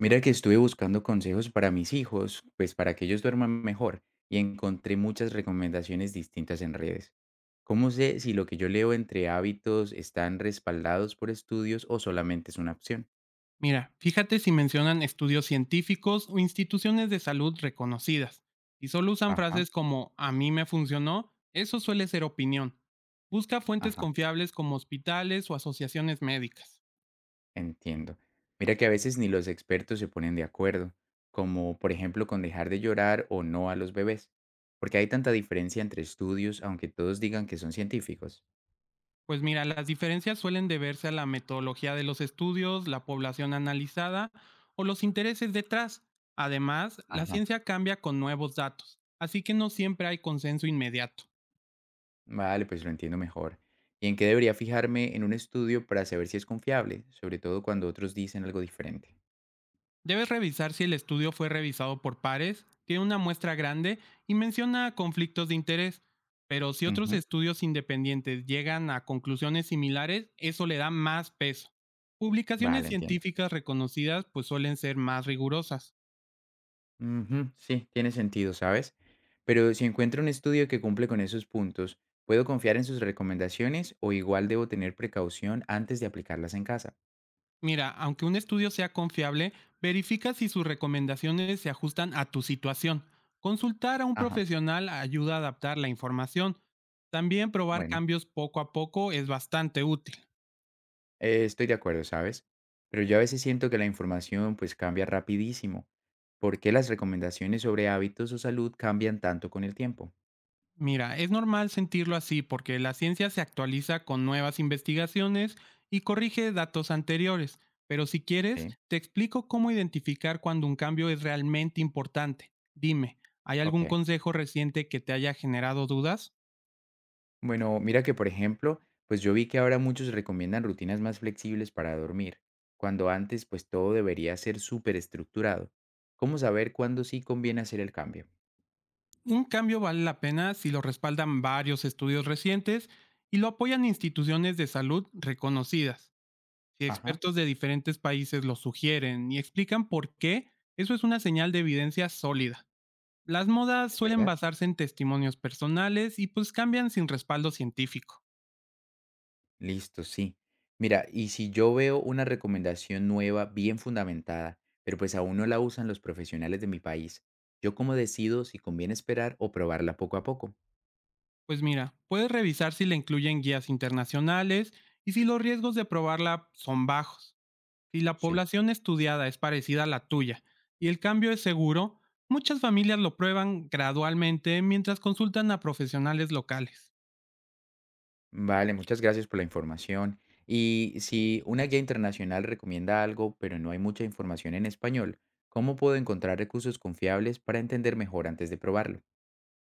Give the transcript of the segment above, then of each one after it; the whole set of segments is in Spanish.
Mira que estuve buscando consejos para mis hijos, pues para que ellos duerman mejor, y encontré muchas recomendaciones distintas en redes. ¿Cómo sé si lo que yo leo entre hábitos están respaldados por estudios o solamente es una opción? Mira, fíjate si mencionan estudios científicos o instituciones de salud reconocidas. Si solo usan Ajá, frases como a mí me funcionó, eso suele ser opinión. Busca fuentes ajá, confiables como hospitales o asociaciones médicas. entiendo. Mira que a veces ni los expertos se ponen de acuerdo, como por ejemplo con dejar de llorar o no a los bebés, porque hay tanta diferencia entre estudios, aunque todos digan que son científicos. Pues mira, las diferencias suelen deberse a la metodología de los estudios, la población analizada o los intereses detrás. Además, la Ajá. ciencia cambia con nuevos datos, así que no siempre hay consenso inmediato. Vale, pues lo entiendo mejor. ¿Y en qué debería fijarme en un estudio para saber si es confiable, sobre todo cuando otros dicen algo diferente? Debes revisar si el estudio fue revisado por pares, tiene una muestra grande y menciona conflictos de interés, pero si otros Ujú, estudios independientes llegan a conclusiones similares, eso le da más peso. vale, Publicaciones entiendo. científicas reconocidas pues suelen ser más rigurosas. Ujú, sí, tiene sentido, ¿sabes? Pero si encuentro un estudio que cumple con esos puntos, ¿puedo confiar en sus recomendaciones o igual debo tener precaución antes de aplicarlas en casa? Mira, aunque un estudio sea confiable, verifica si sus recomendaciones se ajustan a tu situación. Consultar a un Ajá, profesional ayuda a adaptar la información. También probar bueno, cambios poco a poco es bastante útil. Estoy de acuerdo, ¿sabes? Pero yo a veces siento que la información pues cambia rapidísimo. ¿Por qué las recomendaciones sobre hábitos o salud cambian tanto con el tiempo? Mira, es normal sentirlo así porque la ciencia se actualiza con nuevas investigaciones y corrige datos anteriores, pero si quieres, Sí. te explico cómo identificar cuando un cambio es realmente importante. Dime, ¿hay Ok. algún consejo reciente que te haya generado dudas? Bueno, mira que por ejemplo, pues yo vi que ahora muchos recomiendan rutinas más flexibles para dormir, cuando antes pues todo debería ser súper estructurado. ¿Cómo saber cuándo sí conviene hacer el cambio? Un cambio vale la pena si lo respaldan varios estudios recientes y lo apoyan instituciones de salud reconocidas. Si Ajá. expertos de diferentes países lo sugieren y explican por qué, eso es una señal de evidencia sólida. Las modas ¿Es suelen verdad? basarse en testimonios personales y pues cambian sin respaldo científico. Listo, sí. Mira, y si yo veo una recomendación nueva, bien fundamentada, pero pues aún no la usan los profesionales de mi país, ¿yo cómo decido si conviene esperar o probarla poco a poco? Pues mira, puedes revisar si la incluyen guías internacionales y si los riesgos de probarla son bajos. Si la Sí. población estudiada es parecida a la tuya y el cambio es seguro, muchas familias lo prueban gradualmente mientras consultan a profesionales locales. Vale, muchas gracias por la información. Y si una guía internacional recomienda algo, pero no hay mucha información en español, ¿cómo puedo encontrar recursos confiables para entender mejor antes de probarlo?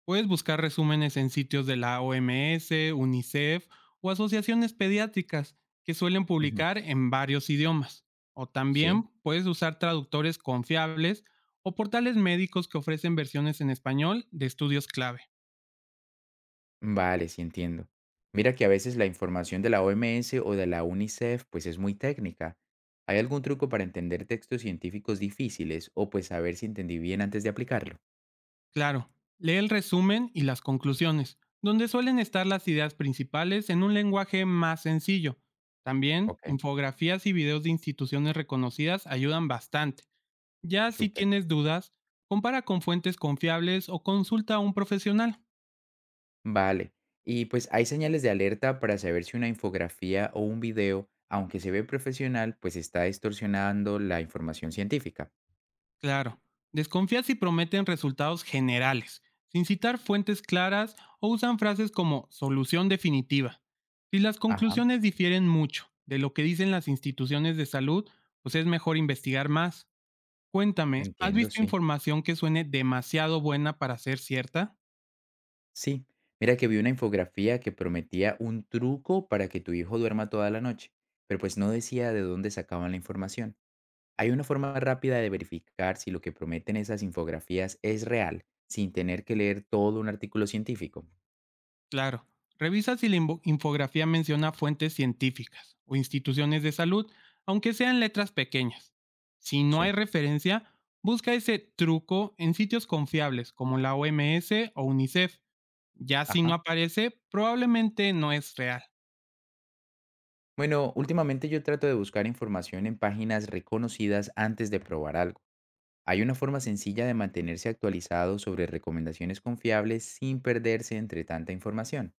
Puedes buscar resúmenes en sitios de la OMS, UNICEF o asociaciones pediátricas que suelen Ujú. publicar en varios idiomas. O ¿Sí? también puedes usar traductores confiables o portales médicos que ofrecen versiones en español de estudios clave. Vale, sí entiendo. Mira que a veces la información de la OMS o de la UNICEF pues es muy técnica. ¿Hay algún truco para entender textos científicos difíciles o pues saber si entendí bien antes de aplicarlo? Claro, lee el resumen y las conclusiones, donde suelen estar las ideas principales en un lenguaje más sencillo. También, Ok, infografías y videos de instituciones reconocidas ayudan bastante. Ya si súper. tienes dudas, compara con fuentes confiables o consulta a un profesional. Vale. ¿Y pues hay señales de alerta para saber si una infografía o un video, aunque se ve profesional, pues está distorsionando la información científica? Claro, desconfía si prometen resultados generales, sin citar fuentes claras o usan frases como solución definitiva. Si las Ajá, conclusiones difieren mucho de lo que dicen las instituciones de salud, pues es mejor investigar más. Cuéntame, ¿has entiendo, visto sí. información que suene demasiado buena para ser cierta? Sí, mira que vi una infografía que prometía un truco para que tu hijo duerma toda la noche, pero pues no decía de dónde sacaban la información. ¿Hay una forma rápida de verificar si lo que prometen esas infografías es real, sin tener que leer todo un artículo científico? Claro, revisa si la infografía menciona fuentes científicas o instituciones de salud, aunque sean letras pequeñas. Si no hay Sí. referencia, busca ese truco en sitios confiables como la OMS o UNICEF. Ya si no Ajá. aparece, probablemente no es real. Bueno, últimamente yo trato de buscar información en páginas reconocidas antes de probar algo. ¿Hay una forma sencilla de mantenerse actualizado sobre recomendaciones confiables sin perderse entre tanta información?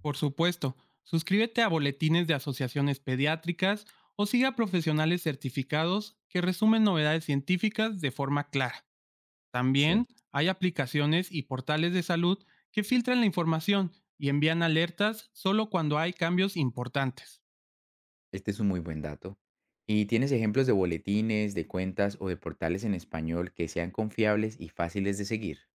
Por supuesto, suscríbete a boletines de asociaciones pediátricas o siga a profesionales certificados que resumen novedades científicas de forma clara. Sí, También hay aplicaciones y portales de salud que filtran la información y envían alertas solo cuando hay cambios importantes. este es un muy buen dato. ¿Y tienes ejemplos de boletines, de cuentas o de portales en español que sean confiables y fáciles de seguir?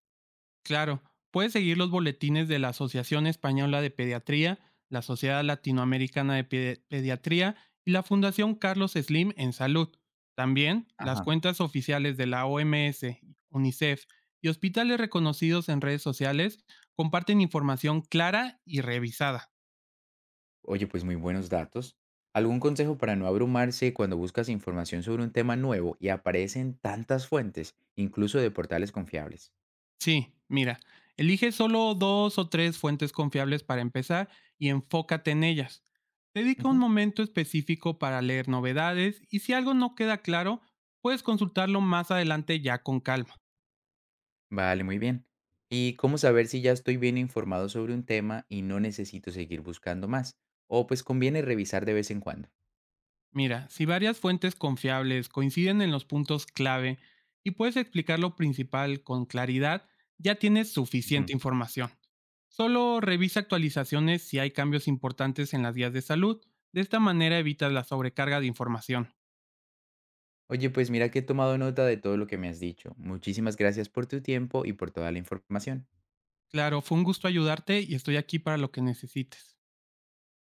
Claro, puedes seguir los boletines de la Asociación Española de Pediatría, la Sociedad Latinoamericana de Pediatría y la Fundación Carlos Slim en Salud. También las Ajá. cuentas oficiales de la OMS, UNICEF y hospitales reconocidos en redes sociales comparten información clara y revisada. Oye, pues muy buenos datos. ¿Algún consejo para no abrumarse cuando buscas información sobre un tema nuevo y aparecen tantas fuentes, incluso de portales confiables? Sí, mira, elige solo dos o tres fuentes confiables para empezar y enfócate en ellas. Dedica un Ujú. momento específico para leer novedades y si algo no queda claro, puedes consultarlo más adelante ya con calma. Vale, muy bien. ¿Y cómo saber si ya estoy bien informado sobre un tema y no necesito seguir buscando más? O pues conviene revisar de vez en cuando. Mira, si varias fuentes confiables coinciden en los puntos clave y puedes explicar lo principal con claridad, ya tienes Ujú. suficiente información. Solo revisa actualizaciones si hay cambios importantes en las guías de salud. De esta manera evitas la sobrecarga de información. Oye, pues mira que he tomado nota de todo lo que me has dicho. Muchísimas gracias por tu tiempo y por toda la información. Claro, fue un gusto ayudarte y estoy aquí para lo que necesites.